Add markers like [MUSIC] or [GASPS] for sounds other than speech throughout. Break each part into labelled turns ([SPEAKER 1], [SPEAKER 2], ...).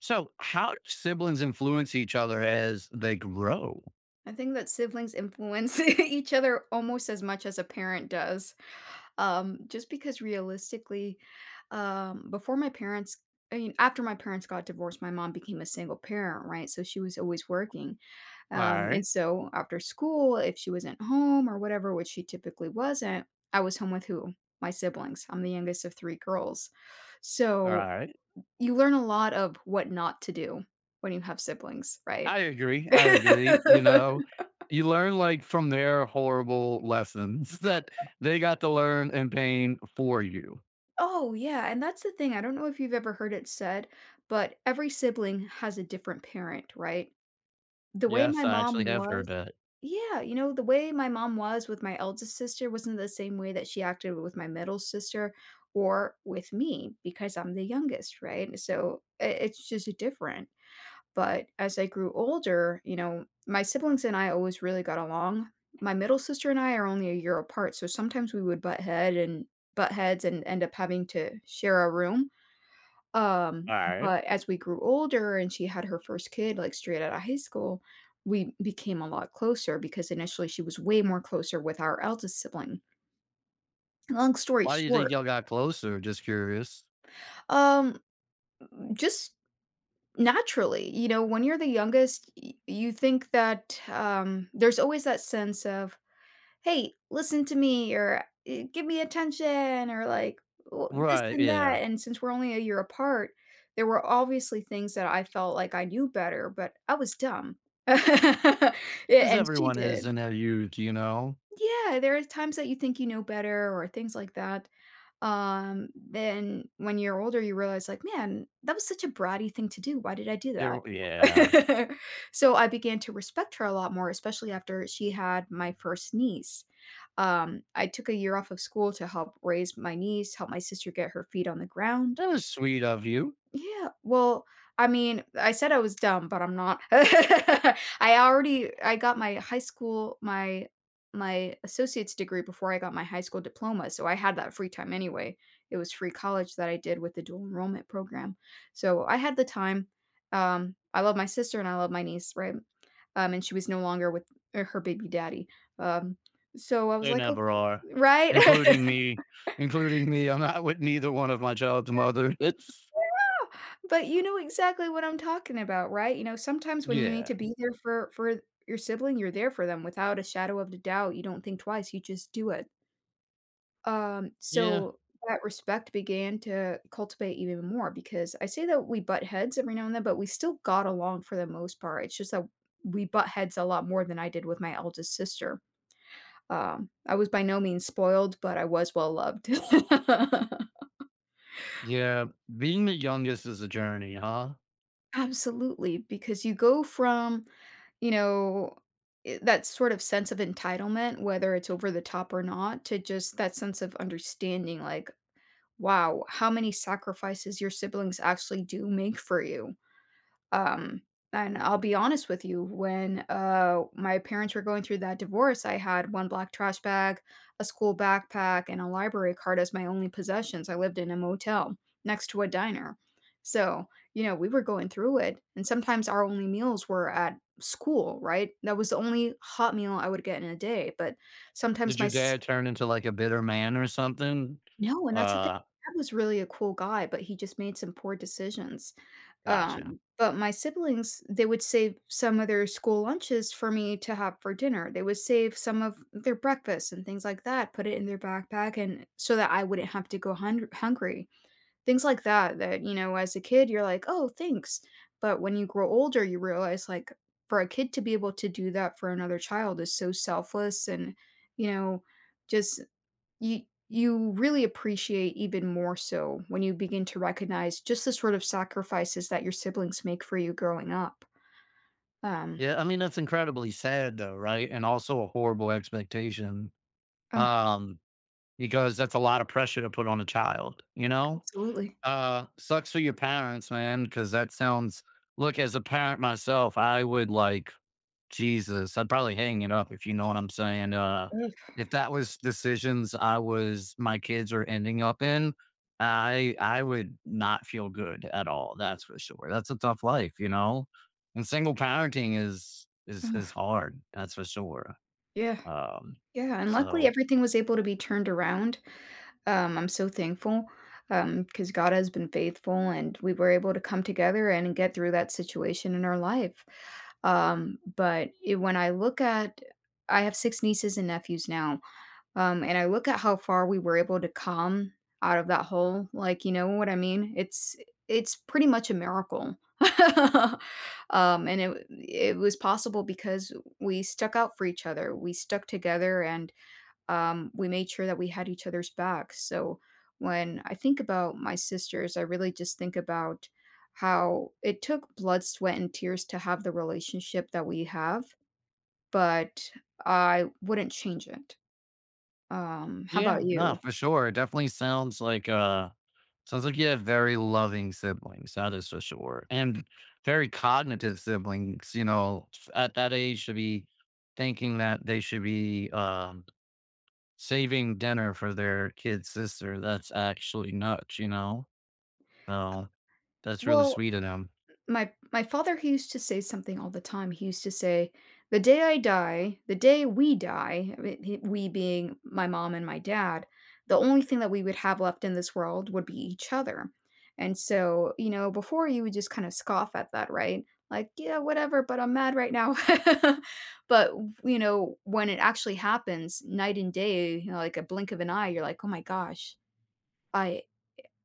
[SPEAKER 1] So, how do siblings influence each other as they grow?
[SPEAKER 2] I think that siblings influence [LAUGHS] each other almost as much as a parent does. Just because realistically, um, before my parents, I mean, after my parents got divorced, my mom became a single parent, right? So she was always working.
[SPEAKER 1] All
[SPEAKER 2] And
[SPEAKER 1] right.
[SPEAKER 2] so after school, if she wasn't home or whatever, which she typically wasn't, I was home with who? My siblings. I'm the youngest of three girls.
[SPEAKER 1] All
[SPEAKER 2] So
[SPEAKER 1] right.
[SPEAKER 2] you learn a lot of what not to do when you have siblings, right?
[SPEAKER 1] I agree. I agree. You
[SPEAKER 2] [LAUGHS]
[SPEAKER 1] know, you learn like from their horrible lessons [LAUGHS] that they got to learn in pain for you.
[SPEAKER 2] Oh, yeah, and that's the thing. I don't know if you've ever heard it said, but every sibling has a different parent, right? The way
[SPEAKER 1] Yes,
[SPEAKER 2] my
[SPEAKER 1] I actually
[SPEAKER 2] mom
[SPEAKER 1] have heard
[SPEAKER 2] was
[SPEAKER 1] that.
[SPEAKER 2] Yeah, the way my mom was with my eldest sister wasn't the same way that she acted with my middle sister or with me because I'm the youngest, right? So, I it's just different. But as I grew older, my siblings and I always really got along. My middle sister and I are only a year apart, so sometimes we would butt heads and end up having to share a room. Um,
[SPEAKER 1] All right.
[SPEAKER 2] but as we grew older and she had her first kid like straight out of high school, we became a lot closer because initially she was way more closer with our eldest sibling. Long story
[SPEAKER 1] Why do you
[SPEAKER 2] short,
[SPEAKER 1] think y'all got closer? Just curious.
[SPEAKER 2] um, just naturally, you know, when you're the youngest, y you think that, there's always that sense of, "Hey, listen to me," or, "Eh, give me attention," or like, "Oh, this
[SPEAKER 1] Right.
[SPEAKER 2] and
[SPEAKER 1] Yeah.
[SPEAKER 2] that," and since we're only a year apart, there were obviously things that I felt like I knew better, but I was dumb. [LAUGHS] Yeah,
[SPEAKER 1] As
[SPEAKER 2] and she
[SPEAKER 1] everyone is
[SPEAKER 2] did.
[SPEAKER 1] in their youth, you know?
[SPEAKER 2] Yeah, there are times that you think you know better or things like that. Then when you're older, you realize like, "Man, that was such a bratty thing to do. Why did I do that?"
[SPEAKER 1] Yeah.
[SPEAKER 2] [LAUGHS] So, I began to respect her a lot more, especially after she had my first niece. I took a year off of school to help raise my niece, help my sister get her feet on the ground.
[SPEAKER 1] That was sweet of you.
[SPEAKER 2] Yeah, well, I mean, I said I was dumb, but I'm not. [LAUGHS] I got my high school my my associate's degree before I got my high school diploma, so I had that free time anyway. It was free college that I did with the dual enrollment program. So, I had the time. I love my sister and I love my niece, right? And she was no longer with, her baby daddy. Um, so I was
[SPEAKER 1] They
[SPEAKER 2] like, "Oh,"
[SPEAKER 1] never are,
[SPEAKER 2] right? [LAUGHS]
[SPEAKER 1] including me, including me. I'm not with neither one of my child's mother. It's
[SPEAKER 2] But you know exactly what I'm talking about, right? You know, sometimes when you need
[SPEAKER 1] yeah,
[SPEAKER 2] to be there for your sibling, you're there for them without a shadow of a doubt. You don't think twice, you just do it. Um,
[SPEAKER 1] yeah,
[SPEAKER 2] so that respect began to cultivate even more because I say that we butt heads every now and then, but we still got along for the most part. It's just that we butt heads a lot more than I did with my eldest sister. I was by no means spoiled, but I was well loved. [LAUGHS]
[SPEAKER 1] yeah. Being the youngest is a journey, huh?
[SPEAKER 2] Absolutely, because you go from You know, I that sort of sense of entitlement, whether it's over the top or not, to just that sense of understanding, like, wow, how many sacrifices your siblings actually do make for you. Um, and I'll be honest with you, when my parents were going through that divorce, I had one black trash bag, a school backpack, and a library card as my only possessions. I lived in a motel next to a diner. So, you know, we were going through it. And sometimes our only meals were at school, right? That was the only hot meal I would get in a day. But sometimes
[SPEAKER 1] Did your dad turn into like a bitter man or something?
[SPEAKER 2] no, and that's the thing.
[SPEAKER 1] Uh,
[SPEAKER 2] That was really a cool guy, but he just made some poor decisions.
[SPEAKER 1] Gotcha.
[SPEAKER 2] But my siblings, they would save some of their school lunches for me to have for dinner. They would save some of their breakfast and things like that, put it in their backpack and so that I wouldn't have to go hungry. Things like that, you know, as a kid you're like, "Oh, thanks." But when you grow older, you realize like for a kid to be able to do that for another child is so selfless and, you know, just you you really appreciate even more so when you begin to recognize just the sort of sacrifices that your siblings make for you growing up. Um,
[SPEAKER 1] Yeah, I mean that's incredibly sad though, right? And also a horrible expectation.
[SPEAKER 2] oh,
[SPEAKER 1] Um, because that's a lot of pressure to put on a child, you know?
[SPEAKER 2] absolutely.
[SPEAKER 1] Sucks for your parents, man, because that sounds look as a parent myself, I would like Jesus, I'd probably hang it up if you know what I'm saying.
[SPEAKER 2] Ugh,
[SPEAKER 1] If that was decisions I was my kids are ending up in, I would not feel good at all. That's for sure. That's a tough life, you know. And single parenting is is
[SPEAKER 2] ugh,
[SPEAKER 1] is hard. That's for sure.
[SPEAKER 2] yeah,
[SPEAKER 1] Um,
[SPEAKER 2] yeah, and luckily
[SPEAKER 1] so
[SPEAKER 2] everything was able to be turned around. I'm so thankful, because God has been faithful, and we were able to come together and get through that situation in our life. When I look at, I have six nieces and nephews now. And I look at how far we were able to come out of that hole, like, you know what I mean? It's pretty much a miracle. [LAUGHS] And it was possible because we stuck out for each other. We stuck together and, we made sure that we had each other's backs. So when I think about my sisters, I really just think about how it took blood, sweat, and tears to have the relationship that we have, but I wouldn't change it. How
[SPEAKER 1] yeah,
[SPEAKER 2] about
[SPEAKER 1] no,
[SPEAKER 2] you?
[SPEAKER 1] for sure. It definitely sounds like sounds like you have very loving siblings, that is for sure, and very cognitive siblings, you know, at that age to be thinking that they should be, saving dinner for their kid sister, that's actually nuts, you know? So, that's really
[SPEAKER 2] Well,
[SPEAKER 1] sweet of them.
[SPEAKER 2] my father, he used to say something all the time. He used to say, "The day I die, the day we die," I mean, he— we being my mom and my dad, "the only thing that we would have left in this world would be each other." And so, you know, before you would just kind of scoff at that, right? Like, yeah, whatever, but I'm mad right now. [LAUGHS] But, when it actually happens, night and day, like a blink of an eye, you're like, "Oh my gosh, I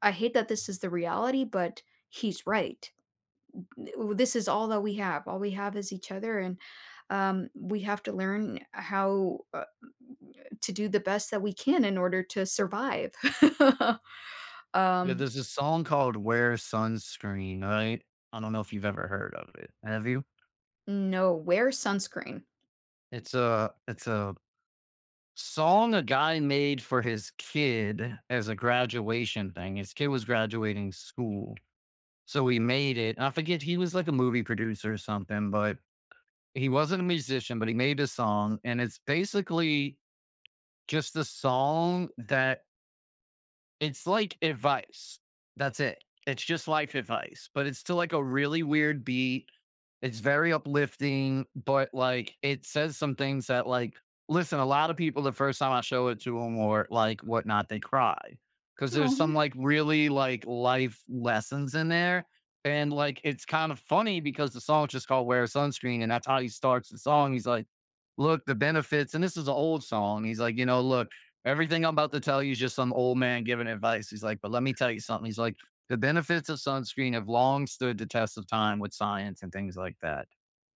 [SPEAKER 2] I hate that this is the reality, but he's right. This is all that we have. All we have is each other," and, we have to learn how, to do the best that we can in order to survive. [LAUGHS]
[SPEAKER 1] Yeah,
[SPEAKER 2] Um,
[SPEAKER 1] there's a song called "Wear Sunscreen," right? I don't know if you've ever heard of it. Have you?
[SPEAKER 2] no, Wear sunscreen.
[SPEAKER 1] It's a song a guy made for his kid as a graduation thing. His kid was graduating school. So he made it. I forget he was like a movie producer or something, but he wasn't a musician, but he made a song. And it's basically just a song that it's like advice. That's it. It's just life advice, but it's still like a really weird beat it's very uplifting, but like it says some things that like listen, a lot of people the first time I show it to them or like whatnot, they cry because there's some
[SPEAKER 2] Oh,
[SPEAKER 1] like really like life lessons in there. And like it's kind of funny because the song's just called Wear Sunscreen, and that's how he starts the song. He's like, look, the benefits, and this is an old song. He's like, you know, look, everything I'm about to tell you is just some old man giving advice. He's like, but let me tell you something. He's like, the benefits of sunscreen have long stood the test of time with science and things like that.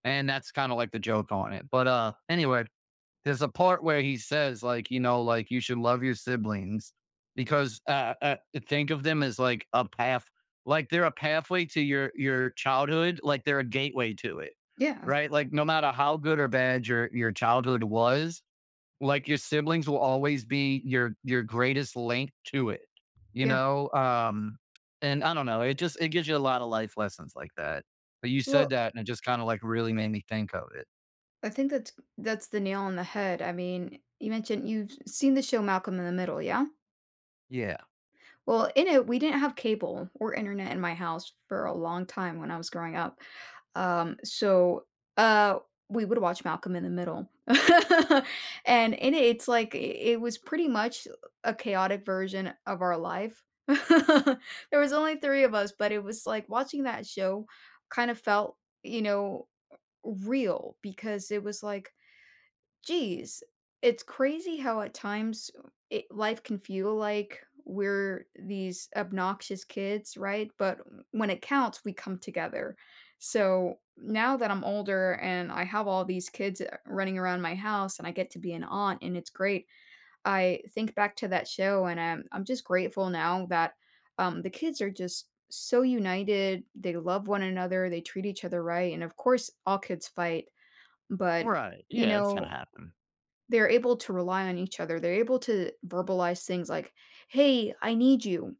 [SPEAKER 1] And that's kind of like the joke on it. But anyway, there's a part where he says like, you know, like you should love your siblings because think of them as like a path like they're a pathway to your childhood, like they're a gateway to it.
[SPEAKER 2] yeah,
[SPEAKER 1] Right? Like no matter how good or bad your childhood was, like your siblings will always be your greatest link to it, you
[SPEAKER 2] yeah.
[SPEAKER 1] know, um, and I don't know, it just, it gives you a lot of life lessons like that, but you
[SPEAKER 2] Well,
[SPEAKER 1] said that and it just kind of like really made me think of it,
[SPEAKER 2] I think that's the nail on the head. I mean, you mentioned you've seen the show Malcolm in the Middle, yeah?
[SPEAKER 1] yeah.
[SPEAKER 2] Well, in it, we didn't have cable or internet in my house for a long time when I was growing up. So, uh, we would watch Malcolm in the Middle. [LAUGHS] And in it, it's like I it was pretty much a chaotic version of our life. [LAUGHS] There was only three of us, but it was like watching that show kind of felt, you know, real because it was like, geez, it's crazy how at times life can feel like we're these obnoxious kids, right? But when it counts, we come together. So now that I'm older and I have all these kids running around my house and I get to be an aunt and it's great, I think back to that show and I'm just grateful now that, the kids are just so united. They love one another, they treat each other right. And of course, all kids fight, but
[SPEAKER 1] Right.
[SPEAKER 2] you
[SPEAKER 1] Yeah, it's gonna
[SPEAKER 2] know,
[SPEAKER 1] happen.
[SPEAKER 2] they're able to rely on each other. They're able to verbalize things like, "Hey, I need you,"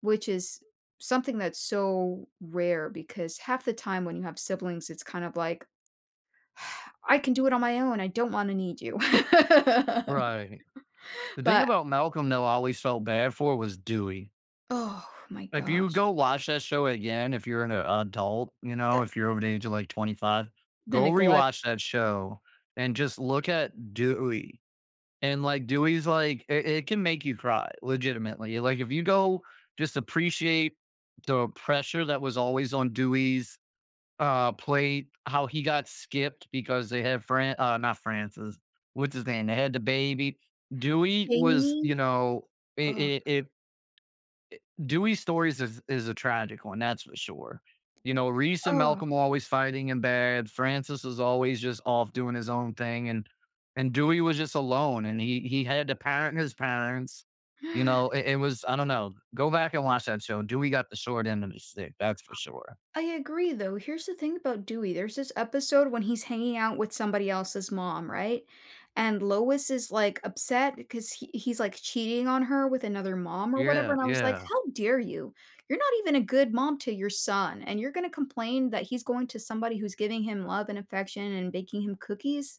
[SPEAKER 2] which is something that's so rare because half the time when you have siblings, it's kind of like, [SIGHS] "I can do it on my own. I don't wanna need you." [LAUGHS]
[SPEAKER 1] Right. The thing
[SPEAKER 2] But
[SPEAKER 1] about Malcolm though, I always felt bad for was Dewey.
[SPEAKER 2] oh my
[SPEAKER 1] If you
[SPEAKER 2] gosh,
[SPEAKER 1] go watch that show again, if you're an adult, you know,
[SPEAKER 2] that
[SPEAKER 1] if you're over the age of like 25,
[SPEAKER 2] the
[SPEAKER 1] go
[SPEAKER 2] neglect.
[SPEAKER 1] rewatch that show and just look at Dewey. And like Dewey's like it can make you cry legitimately. Like if you go just appreciate the pressure that was always on Dewey's plate, how he got skipped because they had Fran not Francis. What's his name? They had the baby. Dewey was,
[SPEAKER 2] Jamie?
[SPEAKER 1] you know, it,
[SPEAKER 2] Oh
[SPEAKER 1] it, it Dewey's stories is a tragic one, that's for sure. You know, Reese and
[SPEAKER 2] oh.
[SPEAKER 1] Malcolm were always fighting and bad. Francis was always just off doing his own thing, and Dewey was just alone, and he had to parent his parents. You know,
[SPEAKER 2] [GASPS]
[SPEAKER 1] it was I don't know. Go back and watch that show. Dewey got the short end of the stick, that's for sure.
[SPEAKER 2] I agree though. Here's the thing about Dewey. There's this episode when he's hanging out with somebody else's mom, right? And Lois is like upset because he's like cheating on her with another mom or whatever.
[SPEAKER 1] Yeah,
[SPEAKER 2] And I was like,
[SPEAKER 1] yeah,
[SPEAKER 2] how dare you? You're not even a good mom to your son. And you're going to complain that he's going to somebody who's giving him love and affection and baking him cookies?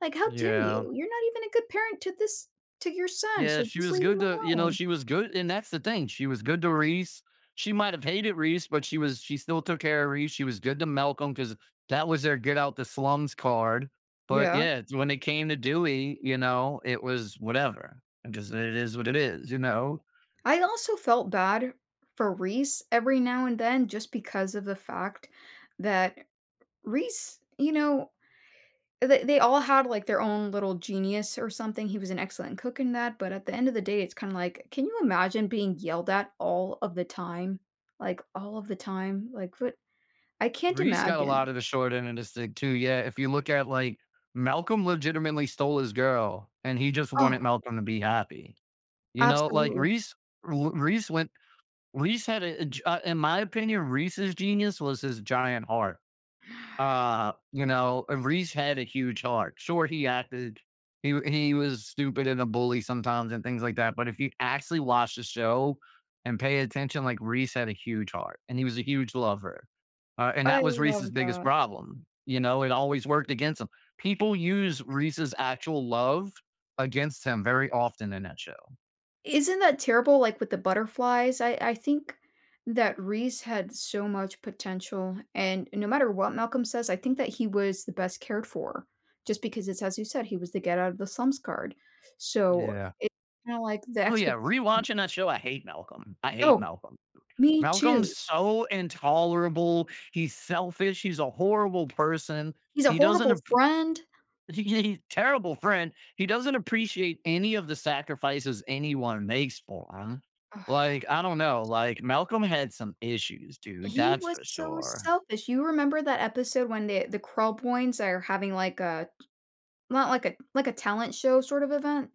[SPEAKER 2] Like, how dare
[SPEAKER 1] yeah.
[SPEAKER 2] you? You're not even a good parent to to your son.
[SPEAKER 1] Yeah,
[SPEAKER 2] So
[SPEAKER 1] she
[SPEAKER 2] just
[SPEAKER 1] was
[SPEAKER 2] leave him
[SPEAKER 1] good to you know,
[SPEAKER 2] alone.
[SPEAKER 1] she was good and that's the thing, she was good to Reese. She might have hated Reese, but she was she still took care of Reese, she was good to Malcolm because that was their get out the slums card, but,
[SPEAKER 2] Yeah.
[SPEAKER 1] yeah, it's when it came to Dewey, you know, it was whatever, and just it is what it is, you know?
[SPEAKER 2] I also felt bad for Reese every now and then just because of the fact that Reese, they all had like their own little genius or something. He was an excellent cook in that, but at the end of the day, it's kind of like, can you imagine being yelled at all of the time? Like all of the time? Like what? I can't
[SPEAKER 1] Reese got a
[SPEAKER 2] imagine.
[SPEAKER 1] lot of the short end of the stick too, yeah, if you look at, like, Malcolm legitimately stole his girl, and he just
[SPEAKER 2] Oh,
[SPEAKER 1] wanted Malcolm to be happy, you know? Like,
[SPEAKER 2] absolutely.
[SPEAKER 1] Reese Reese went Reese had a, in my opinion, Reese's genius was his giant heart. You know, and Reese had a huge heart. Sure, he acted, he was stupid and a bully sometimes and things like that. But if you actually watch the show and pay attention, like Reese had a huge heart and he was a huge lover, and
[SPEAKER 2] I
[SPEAKER 1] that was
[SPEAKER 2] love
[SPEAKER 1] Reese's biggest
[SPEAKER 2] that.
[SPEAKER 1] problem. You know, it always worked against him. People use Reese's actual love against him very often in that show.
[SPEAKER 2] Isn't that terrible, like, with the butterflies? I think that Reese had so much potential, and no matter what Malcolm says, I think that he was the best cared for, just because it's as you said, he was the get out of the slums card. So,
[SPEAKER 1] Yeah.
[SPEAKER 2] it's kinda like the
[SPEAKER 1] Oh yeah,
[SPEAKER 2] expect—
[SPEAKER 1] rewatching that show, I hate Malcolm. I hate
[SPEAKER 2] Oh,
[SPEAKER 1] Malcolm.
[SPEAKER 2] me
[SPEAKER 1] Malcolm's
[SPEAKER 2] too.
[SPEAKER 1] so intolerable. He's selfish. He's a horrible person.
[SPEAKER 2] He's a
[SPEAKER 1] He doesn't.
[SPEAKER 2] horrible
[SPEAKER 1] Ap- [LAUGHS]
[SPEAKER 2] friend.
[SPEAKER 1] He's a terrible friend. He doesn't appreciate any of the sacrifices anyone makes for him.
[SPEAKER 2] Ugh,
[SPEAKER 1] Like I don't know. Like Malcolm had some issues, dude.
[SPEAKER 2] he
[SPEAKER 1] That's
[SPEAKER 2] was
[SPEAKER 1] for
[SPEAKER 2] so
[SPEAKER 1] sure.
[SPEAKER 2] selfish. You remember that episode when the Krell boys are having, like, a Not like a like a talent show sort of event,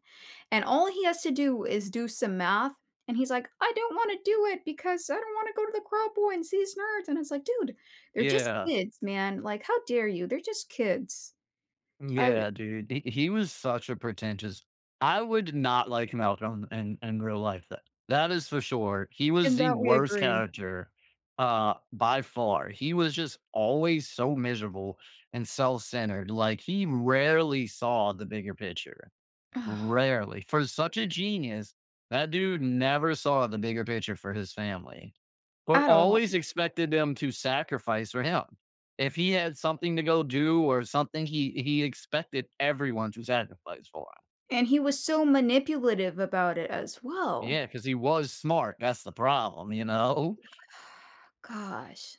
[SPEAKER 2] and all he has to do is do some math, and he's like, "I don't wanna do it because I don't wanna go to the Graboid and see these nerds," and it's like, "Dude, they're just
[SPEAKER 1] Yeah.
[SPEAKER 2] kids, man, like, how dare you? They're just kids." I—
[SPEAKER 1] Yeah, dude. He was such a pretentious. I would not like Malcolm in real life. That that is for sure. He was
[SPEAKER 2] In
[SPEAKER 1] the
[SPEAKER 2] that we
[SPEAKER 1] worst
[SPEAKER 2] agree.
[SPEAKER 1] character by far. He was just always so miserable and self-centered. Like he rarely saw the bigger picture.
[SPEAKER 2] [SIGHS] Ugh,
[SPEAKER 1] Rarely. For such a genius, that dude never saw the bigger picture for his family, but
[SPEAKER 2] at all,
[SPEAKER 1] always expected them to sacrifice for him. If he had something to go do or something, he expected everyone to sacrifice for him.
[SPEAKER 2] and he was so manipulative about it as well.
[SPEAKER 1] Yeah, because he was smart. That's the problem, you know?
[SPEAKER 2] [SIGHS] Gosh,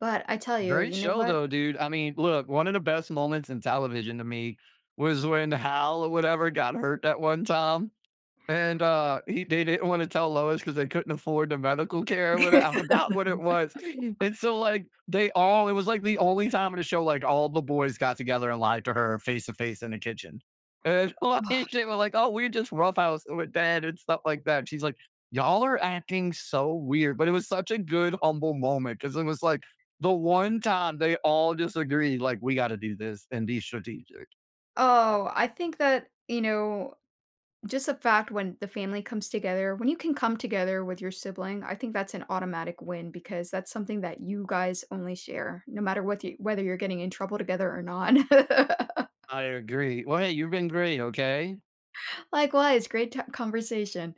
[SPEAKER 2] but I tell you,
[SPEAKER 1] Great
[SPEAKER 2] you know
[SPEAKER 1] show,
[SPEAKER 2] what?
[SPEAKER 1] though, dude. I mean, look, one of the best moments in television to me was when Hal or whatever got hurt that one time. And, he they didn't wanna tell Lois because they couldn't afford the medical care with it. I
[SPEAKER 2] [SIGHS] [LAUGHS]
[SPEAKER 1] forgot what it was. [LAUGHS] And so, like, they all it was, like, the only time in the show, like, all the boys got together and lied to her face to face in the kitchen. And, [LAUGHS] like, they were like, "Oh, we're just roughhousing with dad," and stuff like that. She's like, "Y'all are acting so weird," but it was such a good, humble moment because it was, like, the one time they all just agreed, like, "We gotta do this and be strategic."
[SPEAKER 2] Oh, I think that, just the fact when the family comes together, when you can come together with your sibling, I think that's an automatic win because that's something that you guys only share, no matter whether you're getting in trouble together or not. [LAUGHS]
[SPEAKER 1] "I agree." "Well, hey, you've been great, okay?"
[SPEAKER 2] Likewise, great conversation.